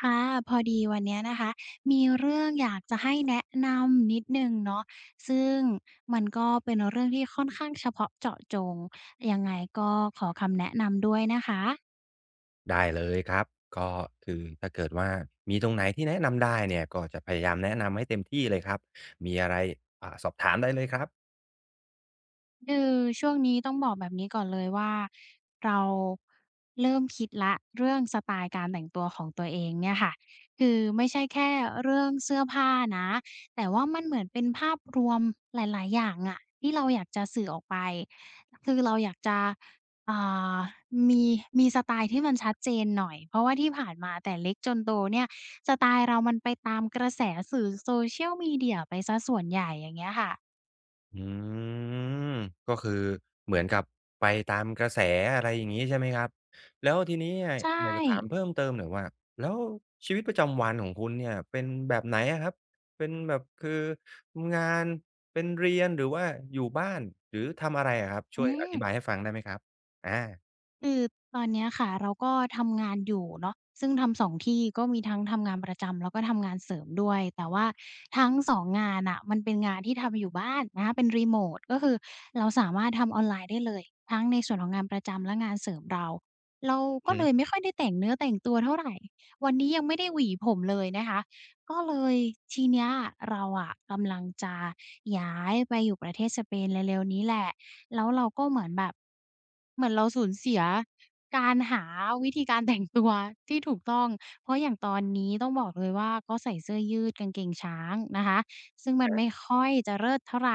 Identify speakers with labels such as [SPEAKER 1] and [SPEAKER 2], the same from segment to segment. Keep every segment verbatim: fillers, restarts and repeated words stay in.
[SPEAKER 1] ค่ะพอดีวันเนี้ยนะคะมีเรื่องอยากจะให้แนะนำนิดหนึ่งเนาะซึ่งมันก็เป็นเรื่องที่ค่อนข้างเฉพาะเจาะจงยังไงก็ขอคำแนะนำด้วยนะคะ
[SPEAKER 2] ได้เลยครับก็คือถ้าเกิดว่ามีตรงไหนที่แนะนำได้เนี่ยก็จะพยายามแนะนำให้เต็มที่เลยครับมีอะไรอ่าสอบถามได้เลยครับ
[SPEAKER 1] คือช่วงนี้ต้องบอกแบบนี้ก่อนเลยว่าเราเริ่มคิดละเรื่องสไตล์การแต่งตัวของตัวเองเนี่ยค่ะคือไม่ใช่แค่เรื่องเสื้อผ้านะแต่ว่ามันเหมือนเป็นภาพรวมหลายๆอย่างอะที่เราอยากจะสื่อออกไปคือเราอยากจะอ่ามีมีสไตล์ที่มันชัดเจนหน่อยเพราะว่าที่ผ่านมาแต่เล็กจนโตเนี่ยสไตล์เรามันไปตามกระแสสื่อ Social Media ไปเสียส่วนใหญ่อย่างเงี้ยค่ะ
[SPEAKER 2] อืมก็คือเหมือนกับไปตามกระแสอะไรอย่างงี้ใช่ไหมครับแล้วทีนี้อะ
[SPEAKER 1] ใช
[SPEAKER 2] อยากจะถาม
[SPEAKER 1] ่
[SPEAKER 2] เพิ่มเติมหน่อยว่าแล้วชีวิตประจำวันของคุณเนี่ยเป็นแบบไหนอะครับเป็นแบบคืองานเป็นเรียนหรือว่าอยู่บ้านหรือทำอะไรอะครับช่
[SPEAKER 1] อื
[SPEAKER 2] วยอ
[SPEAKER 1] ม
[SPEAKER 2] ธิบายให้ฟังได้ไหมครับอา
[SPEAKER 1] คือตอนเนี้ยค่ะเราก็ทำงานอยู่เนาะซึ่งทำสองที่ก็มีทั้งทำงานประจำแล้วก็ทำงานเสริมด้วยแต่ว่าทั้งสองงงานน่ะมันเป็นงานที่ทำอยู่บ้านนะคะเป็นรีโมตก็คือเราสามารถทำออนไลน์ได้เลยทั้งในส่วนของงานประจำและงานเสริมเราเราก็
[SPEAKER 2] อือ
[SPEAKER 1] เล
[SPEAKER 2] ฮึ
[SPEAKER 1] ยไม่ค่อยได้แต่งเนื้อแต่งตัวเท่าไรวันนี้ยังไม่ได้หวีผมเลยนะคะก็เลยทีเนี้ยเราอะกำลังจะย้ายไปอยู่ประเทศสเปนเร็วๆนี้แหละ แล้วเราก็เหมือนแบบเหมือนเราสูญเสียการหาวิธีการ แต่งตัวที่ถูกต้องเพราะอย่างตอนนี้ต้องบอกเลยว่าก็ใส่เสื้อยืดกางเกงช้างนะคะซึ่งมันไม่ค่อยจะเลิศเท่าไร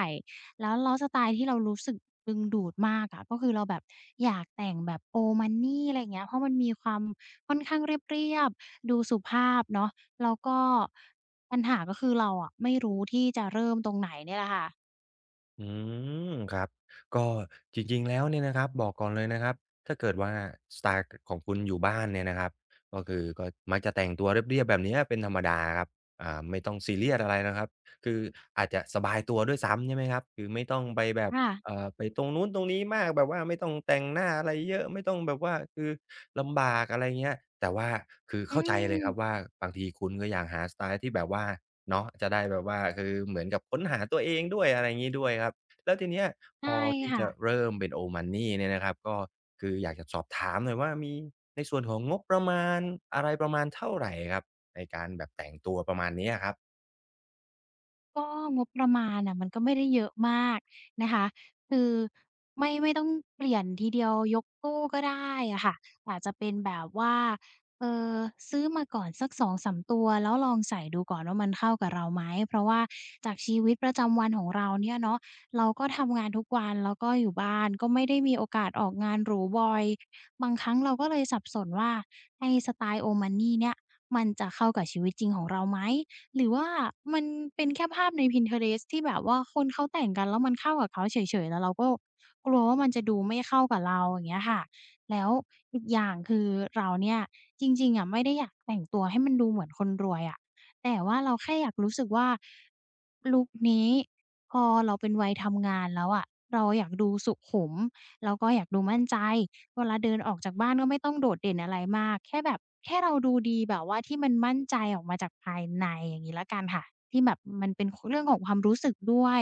[SPEAKER 1] แล้วแล้วสไตล์ที่เรารู้สึกดึงดูดมากอะก็คือเราแบบอยากแต่งแบบ old money อะไรอย่างเงี้ยเพราะมันมีความค่อนข้างเรียบๆดูสุภาพเนาะแล้วก็ปัญหาก็คือเราอะไม่รู้ที่จะเริ่มตรงไหนเนี่ยแหละค่ะ
[SPEAKER 2] อืมครับก็จริงๆแล้วเนี่ยนะครับบอกก่อนเลยนะครับถ้าเกิดว่าสไตล์กของคุณอยู่บ้านเนี่ยนะครับก็คือก็มักจะแต่งตัวเรียบๆแบบเนี้ยเป็นธรรมดาครับอ่าไม่ต้องซีเรียสอะไรนะครับคืออาจจะสบายตัวด้วยซ้ำใช่ไหมครับคือไม่ต้องไปแบบ
[SPEAKER 1] ค่ะ
[SPEAKER 2] เอ่อไปตรงนู้นตรงนี้มากแบบว่าไม่ต้องแต่งหน้าอะไรเยอะไม่ต้องแบบว่าคือลำบากอะไรเงี้ยแต่ว่าคือ
[SPEAKER 1] อื
[SPEAKER 2] เข้าใจเลย
[SPEAKER 1] ม
[SPEAKER 2] ครับว่าบางทีคุณก็อยากหาสไตล์ที่แบบว่าเนาะจะได้แบบว่าคือเหมือนกับค้นหาตัวเองด้วยอะไรงี้ด้วยครับแล้วทีเนี้ยพ
[SPEAKER 1] ใช่
[SPEAKER 2] อที่
[SPEAKER 1] ค่ะ
[SPEAKER 2] จะเริ่มเป็น old money เนี่ยนะครับก็คืออยากจะสอบถามหน่อยว่ามีในส่วนของงบประมาณอะไรประมาณเท่าไรครับในการแบบแต่งตัวประมาณเนี้ยครับ
[SPEAKER 1] ก็งบประมาณน่ะมันก็ไม่ได้เยอะมากนะคะคือไม่ไม่ต้องเปลี่ยนทีเดียวยกตู้ก็ได้อะค่ะอาจจะเป็นแบบว่าเอ่อซื้อมาก่อนสักสองสามตัวแล้วลองใส่ดูก่อนว่ามันเข้ากับเราไหมเพราะว่าจากชีวิตประจำวันของเราเนี่ยเนาะเราก็ทำงานทุกวันแล้วก็อยู่บ้านก็ไม่ได้มีโอกาสออกงานหรูบ่อยบางครั้งเราก็เลยสับสนว่าไอ้สไตล์ Omani เนี่ยมันจะเข้ากับชีวิตจริงของเราไหม หรือว่ามันเป็นแค่ภาพใน Pinterest ที่แบบว่าคนเขาแต่งกันแล้วมันเข้ากับเขาเฉยๆแล้วเราก็กลัวว่ามันจะดูไม่เข้ากับเราอย่างเงี้ยค่ะแล้วอีกอย่างคือเราเนี่ยจริงๆอะไม่ได้อยากแต่งตัวให้มันดูเหมือนคนรวยอะแต่ว่าเราแค่อยากรู้สึกว่าลุคนี้พอเราเป็นวัยทำงานแล้วอะเราอยากดูสุขุมแล้วก็อยากดูมั่นใจ เวลาเดินออกจากบ้านก็ไม่ต้องโดดเด่นอะไรมากแค่แบบแค่เราดูดีแบบว่าที่มันมั่นใจออกมาจากภายในอย่างงี้แล้วกันค่ะที่แบบมันเป็นคเรื่องของความรู้สึกด้วย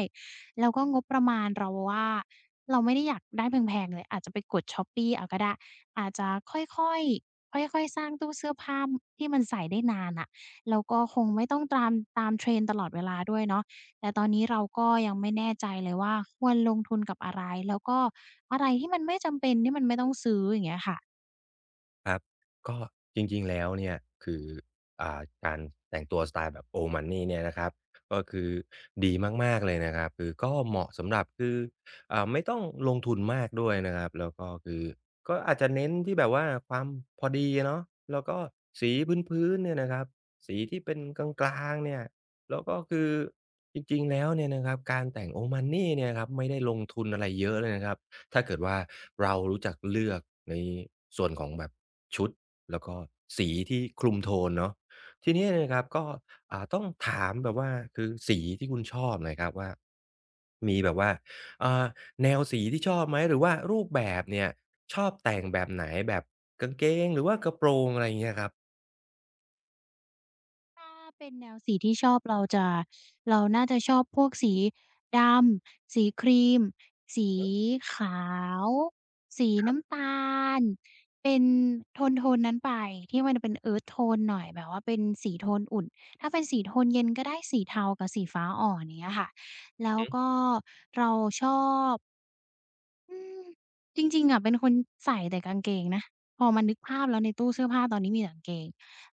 [SPEAKER 1] แล้วก็งบประมาณเราว่าเราไม่ได้อยากได้แพงๆเลยอาจจะไปกด Shopee เอาก็ได้อาจจะค่อยๆค่อยๆสร้างตู้เสื้อผ้าที่มันใส่ได้นานน่ะแล้วก็คงไม่ต้องตามตาม Trend ตลอดเวลาด้วยเนาะ แต่ตอนนี้เราก็ยังไม่แน่ใจเลยว่าควรลงทุนกับอะไรแล้วก็อะไรที่มันไม่จำเป็นที่มันไม่ต้องซื้ออย่างเงี้ยค่ะ
[SPEAKER 2] ครับก็จริงๆแล้วเนี่ยคืออ่าการแต่งตัวสไตล์แบบ Old Money เนี่ยนะครับก็คือดีมากๆเลยนะครับคือก็เหมาะสำหรับคืออ่าไม่ต้องลงทุนมากด้วยนะครับแล้วก็คือก็อาจจะเน้นที่แบบว่าความพอดีเนาะแล้วก็สีพื้นๆเนี่ยนะครับสีที่เป็นกลางๆเนี่ยแล้วก็คือจริงๆแล้วเนี่ยนะครับการแต่ง Old Money เนี่ยครับไม่ได้ลงทุนอะไรเยอะเลยนะครับ ถ้าเกิดว่าเรารู้จักเลือกในส่วนของแบบชุดแล้วก็สีที่คลุมโทนเนาะทีนี้เนี่ยนะครับก็อ่าต้องถามแบบว่าคือสีที่คุณชอบหน่อยครับว่ามีแบบว่าอ่าแนวสีที่ชอบไหมหรือว่ารูปแบบเนี่ยชอบแต่งแบบไหนแบบกางเกงหรือว่ากระโปรงอะไรอย่างเงี้ยครับ
[SPEAKER 1] ถ้าเป็นแนวสีที่ชอบเราจะเราน่าจะชอบพวกสีดำสีครีมสีขาวสีน้ำตาลเป็นโทนๆนั้นไปที่มันเป็น Earth tone หน่อยแบบว่าเป็นสีโทนอุ่นถ้าเป็นสีโทนเย็นก็ได้สีเทากับสีฟ้าอ่อนอย่างเงี้ยค่ะแล้วก็เราชอบ อืมจริงๆอะเป็นคนใส่แต่กางเกงนะพอมานึกภาพแล้วในตู้เสื้อผ้าตอนนี้มีแต่กางเกง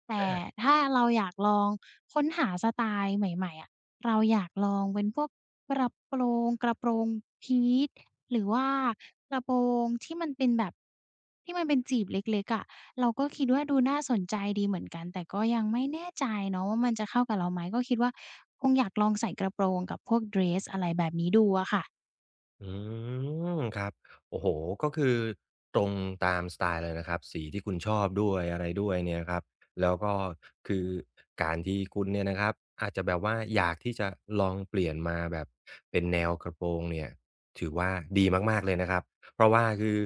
[SPEAKER 1] แต่ถ้าเราอยากลองค้นหาสไตล์ใหม่ๆอะเราอยากลองเป็นพวกกระโปรงกระโปรงพีทหรือว่ากระโปรงที่มันเป็นแบบที่มันเป็นจีบเล็กๆอะเราก็คิดว่าดูน่าสนใจดีเหมือนกันแต่ก็ยังไม่แน่ใจเนาะว่ามันจะเข้ากับเราไหมก็คิดว่าคงอยากลองใส่กระโปรงกับพวกเดรสอะไรแบบนี้ดูอะค่ะ
[SPEAKER 2] อืมครับโอ้โฮก็คือตรงตามสไตล์เลยนะครับสีที่คุณชอบด้วยอะไรด้วยเนี่ยครับแล้วก็คือการที่คุณเนี่ยนะครับอาจจะแบบว่าอยากที่จะลองเปลี่ยนมาแบบเป็นแนวกระโปรงเนี่ยถือว่าดีมากๆเลยนะครับเพราะว่าคือ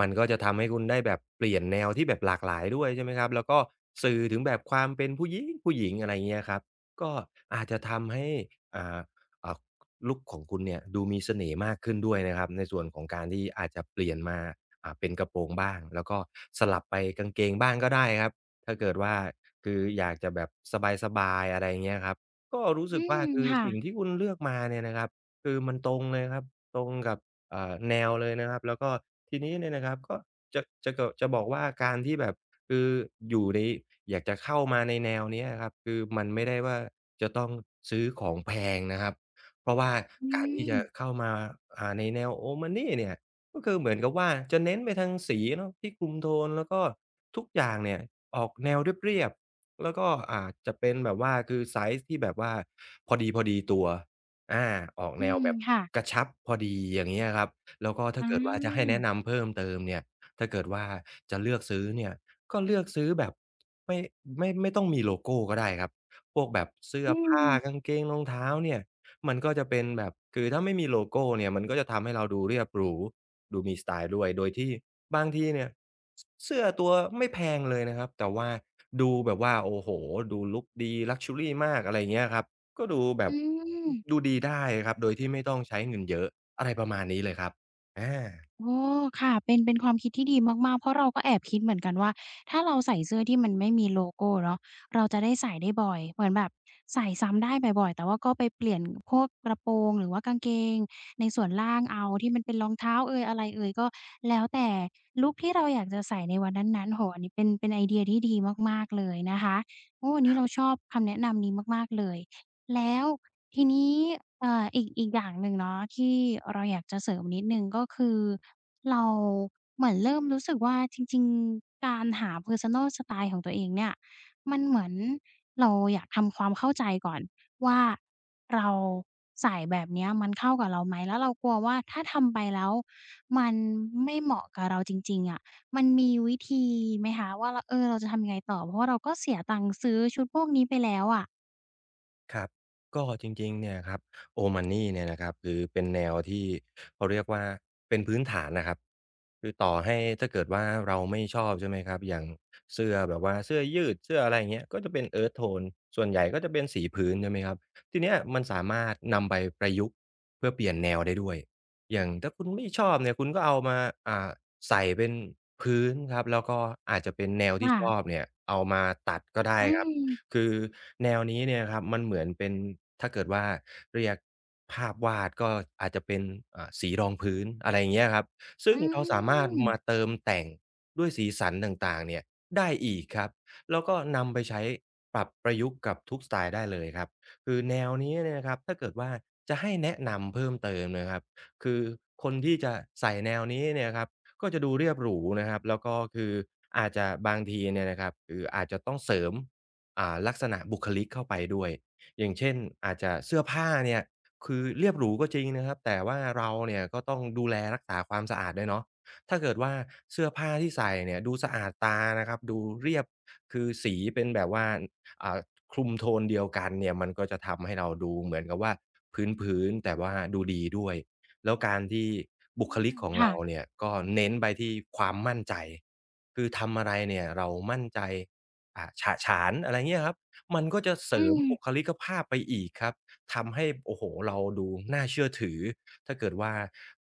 [SPEAKER 2] มันก็จะทำให้คุณได้แบบเปลี่ยนแนวที่แบบหลากหลายด้วยใช่ไหมครับแล้วก็สื่อถึงแบบความเป็นผู้หญิงผู้หญิงอะไรเงี้ยครับก็อาจจะทำให้อ่าอ่า ลุกของคุณเนี่ยดูมีเสน่ห์มากขึ้นด้วยนะครับในส่วนของการที่อาจจะเปลี่ยนมาอ่าเป็นกระโปรงบ้างแล้วก็สลับไปกางเกงบ้างก็ได้ครับถ้าเกิดว่าคืออยากจะแบบสบายๆอะไรอย่างเงี้ยครับก็รู้สึ
[SPEAKER 1] อื
[SPEAKER 2] กว่า
[SPEAKER 1] ม
[SPEAKER 2] คือ
[SPEAKER 1] ค่ะ
[SPEAKER 2] สิ่งที่คุณเลือกมาเนี่ยนะครับคือมันตรงเลยครับตรงกับอ่าแนวเลยนะครับแล้วก็ทีนี้เนี่ยนะครับก็จะจะเกอะจะบอกว่าการที่แบบคืออยู่ในอยากจะเข้ามาในแนวเนี้ยอะครับคือมันไม่ได้ว่าจะต้องซื้อของแพงนะครับ เพราะว่า
[SPEAKER 1] อื
[SPEAKER 2] การที่
[SPEAKER 1] ม
[SPEAKER 2] จะเข้ามาอ่าในแนว Omani เนี่ยก็คือเหมือนกับว่าจะเน้นไปทางสีเนาะที่คลุมโทนแล้วก็ทุกอย่างเนี่ยออกแนวเรียบๆแล้วก็อ่าจะเป็นแบบว่าคือไซซ์ที่แบบว่าพอดีๆตัวอาออก
[SPEAKER 1] อื
[SPEAKER 2] แนว
[SPEAKER 1] ม
[SPEAKER 2] แบบ
[SPEAKER 1] ค่ะ
[SPEAKER 2] กระชับพอดีอย่างเงี้ยครับแล้วก็
[SPEAKER 1] อ
[SPEAKER 2] ถ้าเกิดว่าจะให้
[SPEAKER 1] า
[SPEAKER 2] แนะนำเพิ่มเติมเนี่ยถ้าเกิดว่าจะเลือกซื้อเนี่ยก็เลือกซื้อแบบไม่ไม่ไม่ต้องมีโลโกก็ได้ครับพวกแบบเสื้อ
[SPEAKER 1] อื
[SPEAKER 2] ผ้า
[SPEAKER 1] ม
[SPEAKER 2] กางเกงรองเท้าเนี่ย มันก็จะเป็นแบบคือถ้าไม่มีโลโก้เนี่ยมันก็จะทำให้เราดูเรียบหรูดูมีสไตล์ด้วยโดยที่บางทีเนี่ยสเสื้อตัวไม่แพงเลยนะครับแต่ว่าดูแบบว่าโอ้โฮดูลุกดี Luxury มากอะไรอย่างเงี้ยครับก็ดูแบ
[SPEAKER 1] อื
[SPEAKER 2] บ
[SPEAKER 1] ม
[SPEAKER 2] ดูดีได้ครับโดยที่ไม่ต้องใช้เงินเยอะอะไรประมาณนี้เลยครับอา
[SPEAKER 1] โอ้ค่ะเป็นเป็นความคิดที่ดีมากๆ เพราะเราก็แอบคิดเหมือนกันว่า ถ้าเราใส่เสื้อที่มันไม่มีโลโกเนาะเราจะได้ใส่ได้บ่อย เหมือนแบบ เปลี่ยนพวกกระโปรงหรือว่ากางเกงในส่วนล่างเอาที่มันเป็นรองเท้าเอยอะไรเอยก็แล้วแต่ลุกที่เราอยากจะใส่ในวันนั้นๆโอ้โฮอันนี้เป็นเป็นไอเดียที่ดีมากๆเลยนะคะโอ้วันนี้เราชอบคำแนะนำนี้มากๆเลยแล้วทีนี้เอ่ออีกอีกอย่างหนึ่งเนาะที่เราอยากจะเสริมนิดหนึ่งก็คือเราเหมือนเริ่มรู้สึกว่าจริงๆการหาเพอร์ซันนัลสไตล์ของตัวเองเนี่ยมันเหมือนเราอยากทำความเข้าใจก่อน ว่าเราใส่แบบเนี้ยมันเข้ากับเราไหมแล้วเรากลัวว่าถ้าทำไปแล้วมันไม่เหมาะกับเราจริงๆอะมันมีวิธีไหมคะว่าเราเออเราจะทำยังไงต่อเพราะว่าเราก็เสียตังค์ซื้อชุดพวกนี้ไปแล้วอะ
[SPEAKER 2] ครับก็จริงๆเนี่ยครับ o อ d Money เนี่ยนะครับคือเป็นแนวที่เขาเรียกว่าเป็นพื้นฐานนะครับคือต่อให้ถ้าเกิดว่าเราไม่ชอบใช่ไหมครับอย่างเสื้อแบบว่าเสื้อยืดเสื้ออะไรอย่างเงี้ยก็จะเป็น เอิร์ธ โทน ส่วนใหญ่ก็จะเป็นสีพื้นใช่ไหมครับทีเนี้ยมันสามารถนำไปประยุกต์เพื่อเปลี่ยนแนวได้ด้วยอย่างถ้าคุณไม่ชอบเนี่ยคุณก็เอามาอ่าใส่เป็นพื้นครับแล้วก็อาจจะเป็นแนวที่ชอบ
[SPEAKER 1] ค่ะ
[SPEAKER 2] เนี่ยเอามาตัดก็ได้
[SPEAKER 1] อื
[SPEAKER 2] ครับ
[SPEAKER 1] ม
[SPEAKER 2] คือแนวนี้เนี่ยครับมันเหมือนเป็นถ้าเกิดว่าเรียกภาพวาดก็อาจจะเป็นอ่าสีรองพื้นอะไรอย่างเงี้ยครับซึ่ง
[SPEAKER 1] อื
[SPEAKER 2] เราสามารถ
[SPEAKER 1] ม
[SPEAKER 2] มาเติมแต่งด้วยสีสันต่างๆเนี่ยได้อีกครับแล้วก็นำไปใช้ปรับประยุกต์กับทุกสไตล์ได้เลยครับคือแนวนี้เนี่ยนะครับถ้าเกิดว่าจะให้แนะนำเพิ่มเติมนะครับคือคนที่จะใส่แนวนี้เนี่ยครับก็จะดูเรียบหรูนะครับแล้วก็คืออาจจะบางทีเนี่ยนะครับคืออาจจะต้องเสริม อ่าลักษณะบุคลิกเข้าไปด้วย อย่างเช่นอาจจะเสื้อผ้าเนี่ยคือเรียบหรูก็จริงนะครับแต่ว่าเราเนี่ยก็ต้องดูแลรักษาความสะอาดด้วยเนาะถ้าเกิดว่าเสื้อผ้าที่ใส่เนี่ยดูสะอาดตานะครับดูเรียบคือสีเป็นแบบว่าอ่าคลุมโทนเดียวกันเนี่ยมันก็จะทำให้เราดูเหมือนกับว่าพื้นๆแต่ว่าดูดีด้วยแล้วการที่บุ
[SPEAKER 1] อื
[SPEAKER 2] คลิ
[SPEAKER 1] ม
[SPEAKER 2] กของ
[SPEAKER 1] ค่ะ
[SPEAKER 2] เราเนี่ยก็เน้นไปที่ความมั่นใจคือทำอะไรเนี่ยเรามั่นใจ อ่าฉะฉานอะไรเงี้ยครับมันก็จะเส
[SPEAKER 1] อื
[SPEAKER 2] ริมบุ
[SPEAKER 1] ม
[SPEAKER 2] คลิกภาพไปอีกครับทำให้โอ้โฮเราดูน่าเชื่อถือถ้าเกิดว่า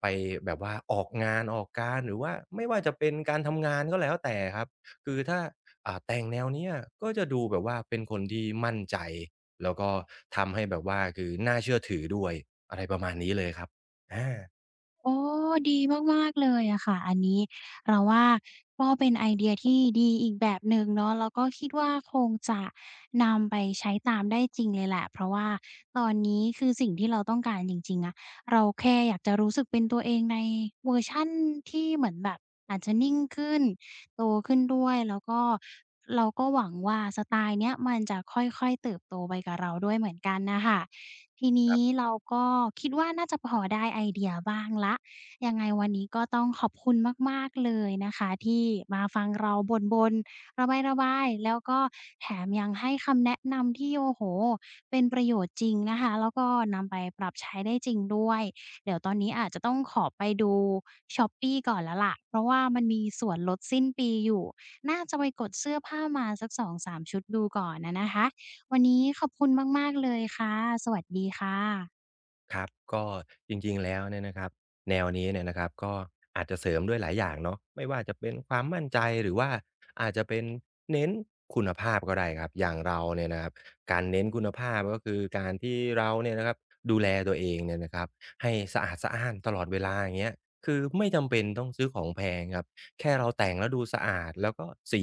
[SPEAKER 2] ไปแบบว่าออกงานออกการหรือว่าไม่ว่าจะเป็นการทำงานก็แล้วแต่ครับคือถ้าอ่าแต่งแนวเนี้ยก็จะดูแบบว่าเป็นคนที่มั่นใจแล้วก็ทำให้แบบว่าคือน่าเชื่อถือด้วยอะไรประมาณนี้เลยครับอา
[SPEAKER 1] โอ้ดีมากๆเลยอะค่ะอันนี้เราว่าก็เป็นไอเดียที่ดีอีกแบบหนึ่งเนาะแล้วก็คิดว่าคงจะนำไปใช้ตามได้จริงเลยแหละเพราะว่าตอนนี้คือสิ่งที่เราต้องการจริงๆอะเราแค่อยากจะรู้สึกเป็นตัวเองในเวอร์ชันที่เหมือนแบบอาจจะนิ่งขึ้นโตขึ้นด้วยแล้วก็เราก็หวังว่าสไตล์เนี้ยมันจะค่อยๆเติบโตไปกับเราด้วยเหมือนกันน่ะค่ะ ทีนี้เราก็คิดว่าน่าจะพอได้ไอเดียบ้างแล้วยังไงวันนี้ก็ต้องขอบคุณมากๆเลยนะคะที่มาฟังเราบ่นๆระบายๆแล้วก็แถมยังให้คำแนะนำที่โอ้โฮเป็นประโยชน์จริงนะคะแล้วก็นำไปปรับใช้ได้จริงด้วยเดี๋ยวตอนนี้อาจจะต้องขอไปดู ช้อปปี้ ก่อนแล้วล่ะเพราะว่ามันมีส่วนลดสิ้นปีอยู่น่าจะไปกดเสื้อผ้ามาสักสองสามชุดดูก่อนอะนะคะ วันนี้ขอบคุณมากๆเลยค่ะ สวัสดีค่ะ
[SPEAKER 2] ครับก็จริงๆแล้วเนี่ยนะครับแนวนี้เนี่ยนะครับก็อาจจะเสริมด้วยหลายอย่างเนาะไม่ว่าจะเป็นความมั่นใจหรือว่าอาจจะเป็นเน้นคุณภาพก็ได้ครับอย่างเราเนี่ยนะครับการเน้นคุณภาพก็คือการที่เราเนี่ยนะครับดูแลตัวเองเนี่ยนะครับให้สะอาดสะอ้านตลอดเวลาอย่างเงี้ยคือไม่จำเป็นต้องซื้อของแพงครับแค่เราแต่งแล้วดูสะอาดแล้วก็สี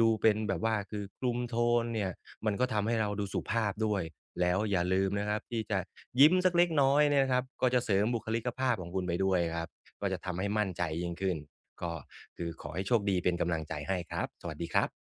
[SPEAKER 2] ดูเป็นแบบว่าคือคุมโทนเนี่ย มันก็ทำให้เราดูสุภาพด้วย แล้วอย่าลืมนะครับที่จะยิ้มสักเล็กน้อยเนี่ยนะครับก็จะเสริมบุคลิกภาพของคุณไปด้วยครับก็จะทำให้มั่นใจยิ่งขึ้นก็คือขอให้โชคดีเป็นกำลังใจให้ครับสวัสดีครับ